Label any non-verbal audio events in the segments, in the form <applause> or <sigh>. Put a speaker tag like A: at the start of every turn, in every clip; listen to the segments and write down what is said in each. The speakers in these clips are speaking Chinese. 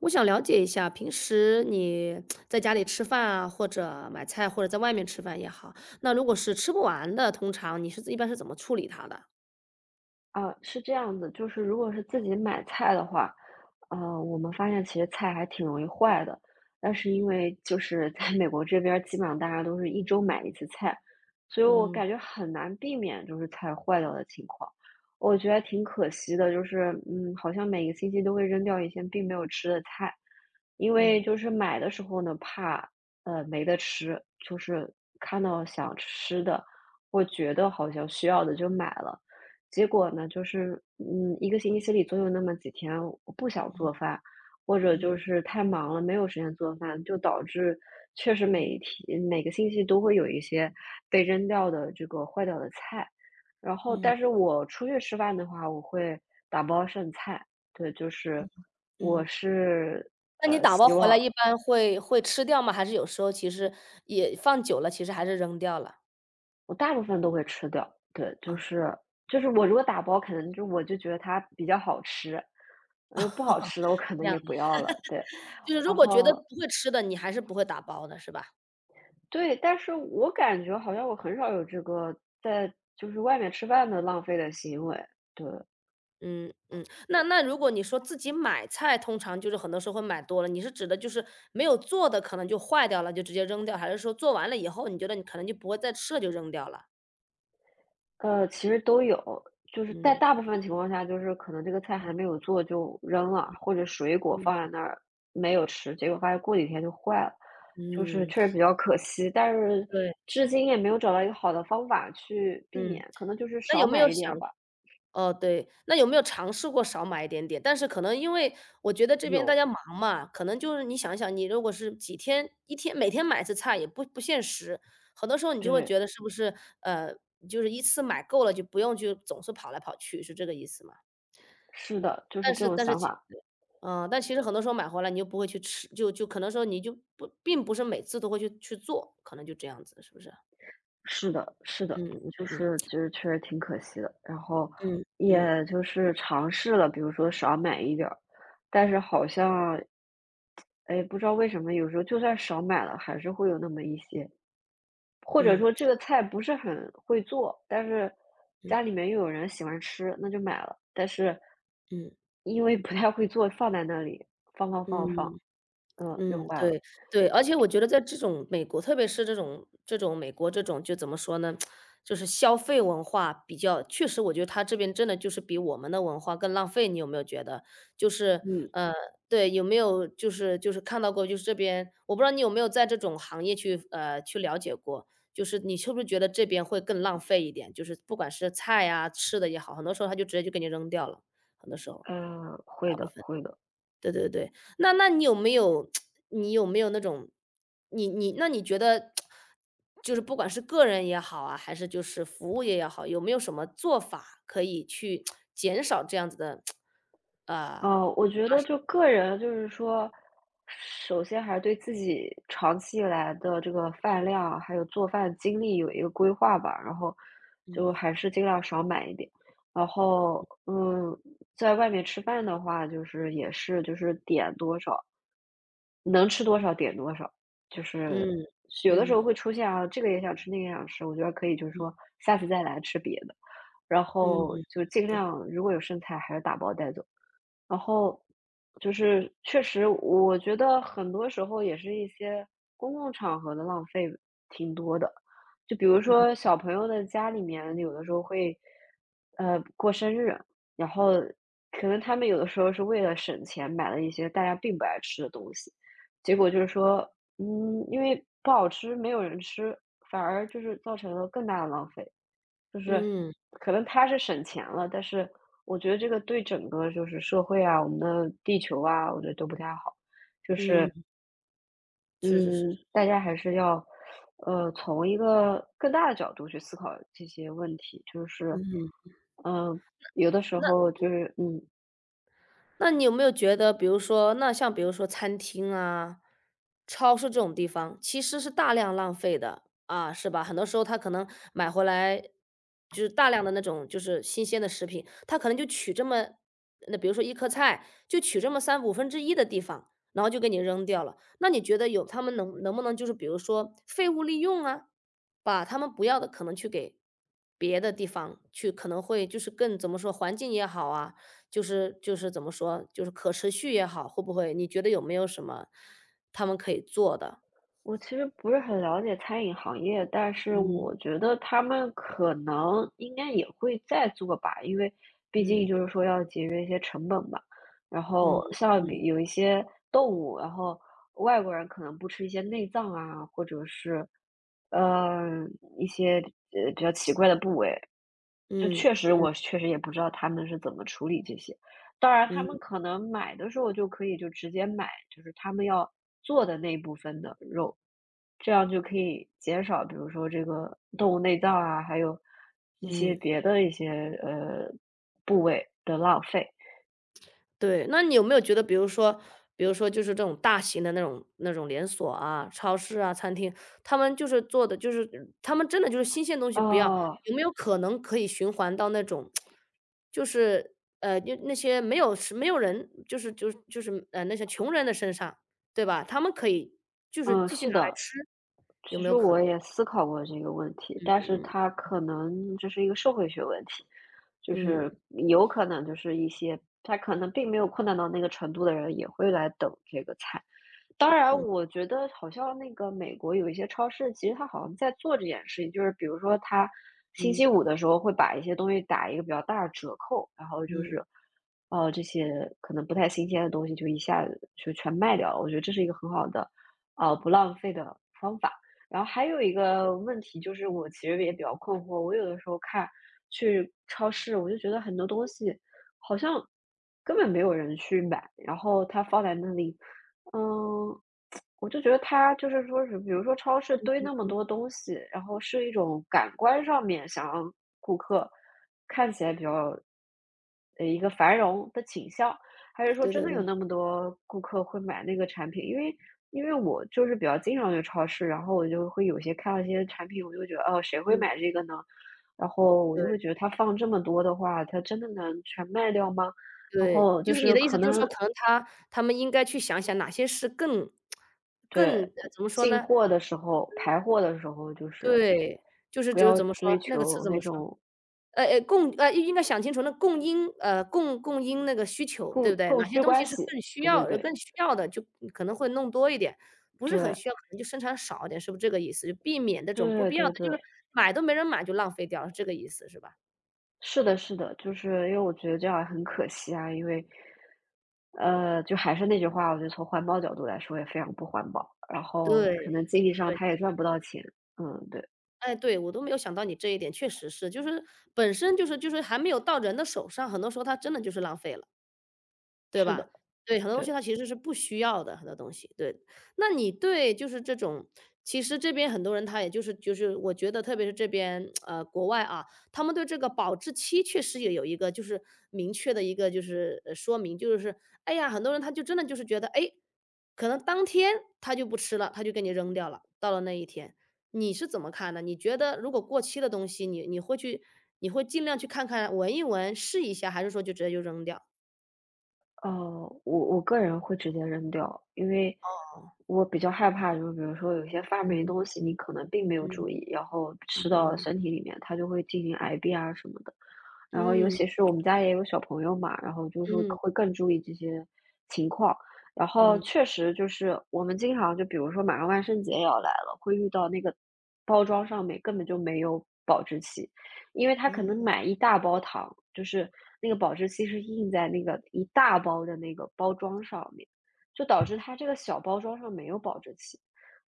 A: 我想了解一下，平时你 <tsk> 在家里吃饭啊，或者买菜，或者在外面吃饭也好，那如果是吃不完的，通常你是一般是怎么处理它的？
B: 啊，是这样子，就是如果是自己买菜的话，我们发现其实菜还挺容易坏的。但是因
A: 嗯
B: 为就是在美国这边儿基本上大家都是一周买一次菜，所以我
A: 嗯
B: 感觉很难避免就是菜坏掉的情况。我觉得挺可惜的，就是好像每个星期都会扔掉一些并没有吃的菜，因为
A: 嗯
B: 就是买的时候呢，怕没得吃，就是看到想吃的或觉得好像需要的就买了。结果呢，就是，一个星期里总有那么几天我不想做饭，或者
A: 嗯
B: 就是太忙了，没有时间做饭，就导致确实每
A: 嗯
B: 一天每个星期都会有一些被扔掉的这个坏掉的菜。然后，
A: 嗯
B: 但是我出去吃饭的话，我会打包剩菜，对，就是我
A: 嗯。
B: 是，
A: 那你打包
B: 希
A: 回来
B: 望
A: 一般会会吃掉吗？还是有时候其实也放久了，其实还是扔掉了？
B: 我大部分都会吃掉，对，
A: 啊，
B: 就是我如果打包，可能就我就觉得它比较好吃，如果不好吃的我可
A: 这
B: 能
A: 样
B: 也
A: 的
B: 不要了，对。
A: 就是如
B: 然
A: 果觉得
B: 后
A: 不会吃的，你还是不会打包的，是吧？
B: 对，但是我感觉好像我很少有这个在就是外面吃饭的浪费的行为，对。
A: 嗯嗯，那那如果你说自己买菜，通常就是很多时候会买多了，你是指的就是没有做的可能就坏掉了，就直接扔掉，还是说做完了以后，你觉得你可能就不会再吃了，就扔掉了？
B: 其实都有，就是在
A: 嗯
B: 大部分情况下，就是可能这个菜还没有做就扔了，或者水果
A: 嗯
B: 放在那儿没有吃，结果发现过几天就坏了，就是
A: 嗯，
B: 确实比较可惜。但是
A: 对，
B: 至今也没有找到一个好的方法去避
A: 嗯，
B: 免，可能就是
A: 那有
B: 少
A: 没
B: 买
A: 有
B: 一点
A: 想
B: 儿吧。
A: 哦，对，那有没有尝试过少买一点点？但是可能因为我觉得这边大
B: 有，
A: 家忙嘛，可能就是你想一想，你如果是几天一天每天买一次菜也不不现实，很多时候你就会
B: 对，
A: 觉得是不是，呃，就是一次买够了，就不用去总是跑来跑去，是这个意思吗？
B: 是的，就是
A: 但
B: 这
A: 是
B: 种
A: 但是
B: 想
A: 其
B: 法。
A: 嗯，但其实很多时候买回来你又不会去吃，就就可能说你就不并不是每次都会去去做，可能就这样子，是不是？
B: 是的，是的，
A: 嗯
B: 就
A: 嗯
B: 是就是确实挺可惜的。然后
A: 嗯嗯嗯
B: 也就是尝试了，比如说少买一点儿，但是好像，哎，不知道为什么有时候就算少买了，还是会有那么一些，或者
A: 嗯
B: 说这个菜不是很会做，但是
A: 嗯
B: 家里面又有人喜欢吃，那就买了。但是因为不太会做，放在那里，放放
A: 嗯
B: 放放，
A: 嗯。
B: 嗯，又
A: 嗯，
B: 坏了。
A: 对，对，而且我觉得在这种美国，特别是这种这种美国这种就怎么说呢，就是消费文化比较，确实我觉得他这边真的就是比我们的文化更浪费，你有没有觉得？就是，
B: 嗯，
A: 呃，对，有没有就是就是看到过，就是这边，我不知道你有没有在这种行业去去了解过，就是你是不是觉得这边会更浪费一点？就是不管是菜呀吃的也好，很多时候他就直接就给你扔掉了，很多时候。
B: 会
A: 部
B: 的，
A: 分。
B: 会的。
A: 对对对，那那你有没有 <tsk> 你有没有那种你你那你觉得 <tsk> 就是不管是个人也好啊，还是就是服务业也好，有没有什么做法可以去 <tsk> 减少这样子的 <tsk> 啊，
B: 我觉得就个人就是说，首先还是对自己长期以来的这个饭量，还有做饭精力有一个规划吧，然后
A: 嗯，
B: 就还是尽量少买一点。然后，在外面吃饭的话，就是也是就是点多少，能吃多少点多少，就是
A: 嗯，
B: 有的时
A: 嗯，
B: 候会出现啊，这个也想吃，那个也想吃，我觉得可以就是
A: 嗯，
B: 说下次再来吃别的，然
A: 嗯，
B: 后就尽
A: 对，
B: 量如果有剩菜还是打包带走。然后就是确实，我觉得很多时候也是一些公共场合的浪费挺多的。就比如说小朋友的家里面，有的时候会，过生日，然后可能他们有的时候是为了省钱买了一些大家并不爱吃的东西，结果就是说，因为不好吃，没有人吃，反而就是造成了更大的浪费。就是
A: 嗯，
B: 可能他是省钱了，但是我觉得这个对整个就是社会啊，我们的地球啊，我觉得都不太好。就
A: 嗯，
B: 是，
A: 是是是，
B: 嗯，大家还是要，从一个更大的角度去思考这些问题。就是，
A: 嗯。
B: 嗯、呃有的时候就是，嗯，
A: 那你有没有觉得，比如说，那像比如说餐厅啊、超市这种地方，其实是大量浪费的啊，是吧？很多时候他可能买回来就是大量的那种就是新鲜的食品，他可能就取这么，那比如说一颗菜，就取这么三五分之一的地方，然后就给你扔掉了。那你觉得有他们能能不能就是比如说废物利用啊，把他们不要的可能去给别的地方去，可能会就是更怎么说环境也好啊，就是就是怎么说，就是可持续也好，会不会你觉得有没有什么他们可以做的？
B: 我其实不是很了解餐饮行业，但是
A: 嗯，
B: 我觉得他们可能应该也会再做吧，因为毕竟
A: 嗯，
B: 就是说要节约一些成本吧。然
A: 嗯，
B: 后像
A: 嗯，
B: 比有一些动物，然后外国人可能不吃一些内脏啊，或者是嗯一些比较奇怪的部位，就
A: 嗯，
B: 确实我确实也不知道他们是怎么处理这些。当然他们
A: 嗯，
B: 可能买的时候就可以就直接买，就是他们要做的那部分的肉，这样就可以减少，比如说这个动物内脏啊，还有一些
A: 嗯。
B: 别的一些，呃，部位的浪费。
A: 对，那你有没有觉得，比如说比如说就是这种大型的那种那种连锁啊、超市啊、餐厅，他们就是做的就是他们真的就是新鲜东西不要，
B: 哦，
A: 有没有可能可以循环到那种，就是，就那些没有是没有人就是就是就是，那些穷人的身上，对吧？他们可以就是
B: 嗯，
A: 继续
B: 是
A: 拿来
B: 的。
A: 吃，有
B: 其
A: 没有
B: 实
A: 可
B: 我
A: 能？
B: 也思考过这个问题，但是
A: 嗯，
B: 它可能这是一个社会学问题，就
A: 嗯，
B: 是有可能就是一些他可能并没有困难到那个程度的人也会来等这个菜，当然，我觉得好像那个美国有一些超市，其实它好像在做这件事情，就是比如说它星期
A: 嗯，
B: 五的时候会把一些东西打一个比较大的折扣，然后就
A: 嗯，
B: 是，这些可能不太新鲜的东西就一下子就全卖掉了。我觉得这是一个很好的，不浪费的方法。然后还有一个问题就是，我其实也比较困惑，我有的时候看去超市，我就觉得很多东西好像根本没有人去买，然后它放在那里。嗯，我就觉得它就是说是比如说超市堆那么多东西，然后是一种感官上面想让顾客看起来比较一个繁荣的景象，还是说
A: 对
B: 真
A: 对
B: 的
A: 对，
B: 有那么多顾客会买那个产品？因为我就是比较经常去超市，然后我就会有些看到一些产品，我就会觉得，哦，谁会
A: 嗯，
B: 买这个呢？然后我就
A: 对。
B: 会觉得它放这么多的话，它真的能全卖掉吗？然
A: 对，
B: 后
A: 就
B: 就
A: 是你
B: 是
A: 的意思
B: 可
A: 就是
B: 能
A: 说，可能他他们应该去想想哪些是更更
B: 对，
A: 怎么说
B: 进
A: 呢？
B: 货的时候排货的时候就是
A: 对，就是
B: 不
A: 就是
B: 要
A: 怎么说，
B: 追
A: 那个词
B: 求
A: 怎
B: 那
A: 么说？
B: 种
A: 应该想清楚那供供应那个需求，对不对？
B: 供
A: 哪些
B: 需
A: 东西
B: 关
A: 是
B: 系，
A: 更需
B: 对
A: 要
B: 对对，
A: 更需要的，就可能会弄多一点，不是很
B: 对，
A: 需要，可能就生产少一点，是不是这个意思？就避免那种不
B: 对
A: 必要的，
B: 对
A: 就是
B: 对，
A: 买都没人买就浪费掉了，是这个意思是吧？
B: 是的是的，就是因为我觉得这样很可惜啊，因为就还是那句话，我觉得从环保角度来说也非常不环保，然后
A: 对，
B: 可能经济上
A: 对。
B: 他也赚不到钱，嗯，对，
A: 哎，对，我都没有想到你这一点，确实是，就是本身就是就是还没有到人的手上，很多时候它真的就是浪费了。对
B: 是
A: 吧？
B: 的，
A: 对，很多东西
B: 对。
A: 它其实是不需要的，很多东西，对。那你对就是这种其实这边很多人他也就是就是我觉得特别是这边，国外啊，他们对这个保质期确实也有一个就是明确的一个就是，说明，就是哎呀，很多人他就真的就是觉得，哎，可能当天他就不吃了，他就给你扔掉了，到了那一天。你是怎么看呢？你觉得如果过期的东西，你你会去你会尽量去看看、闻一闻、试一下，还是说就直接就扔掉？
B: 哦，我个人会直接扔掉，因为我比较害怕，就是比如说有些发霉的东西，你可能并没有
A: 嗯，
B: 注意，然后吃到
A: 嗯。
B: 身体里面，它就会进行癌变啊什么的。然后尤
A: 嗯
B: 其是我们家也有小朋友嘛，然后就是
A: 嗯
B: 会更注意这些情况。然后
A: 嗯。
B: 确实就是我们经常就比如说马上万圣节也要来了，会遇到那个包装上面根本就没有保质期，因为他可能买一大包糖，就是那个保质期是印在那个一大包的那个包装上面，就导致他这个小包装上没有保质期。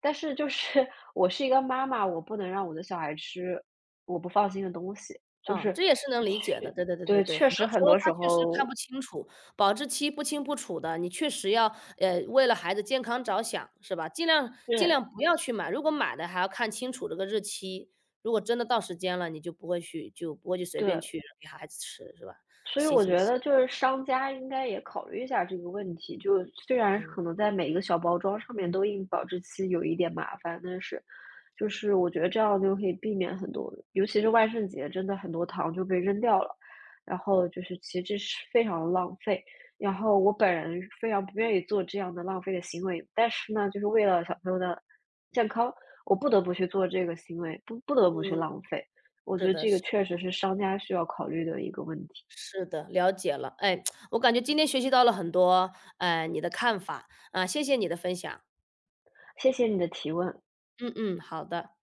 B: 但是就是 <laughs> 我是一个妈妈，我不能让我的小孩吃我不放心的东西，就
A: 啊，
B: 是
A: 这也是能理解的，
B: 确
A: 对对对对
B: 对，
A: 对，很
B: 确
A: 多
B: 实
A: 时
B: 很
A: 候
B: 多
A: 他
B: 时
A: 确实看不
B: 候
A: 清楚，保质期不清不楚的，你确实要，为了孩子健康着想，是吧？尽量尽
B: 对，
A: 量不要去买，如果买的，还要看清楚这个日期，如果真的到时间了，你就不会去就不会去随便
B: 对。
A: 去给孩子吃，是吧？
B: 所以
A: 行
B: 我
A: 行
B: 觉
A: 行，
B: 得就是商家应该也考虑一下这个问题，就虽然
A: 嗯
B: 可能在每一个小包装上面都印保质期有一点麻烦，但是就是我觉得这样就可以避免很多，尤其是万圣节，真的很多糖就被扔掉了，然后就是其实这是非常浪费。然后我本人非常不愿意做这样的浪费的行为，但是呢，就是为了小朋友的健康，我不得不去做这个行为，不得不去
A: 嗯，
B: 浪费。我觉
A: 是
B: 得
A: 的，
B: 这个
A: 是
B: 确实是商家需要考虑的一个问题。
A: 是的，了解了，哎，<tsk> 我感觉今天学习到了很多，你的看法，啊，谢谢你的分享，
B: 谢谢你的提问。
A: 嗯嗯，好的。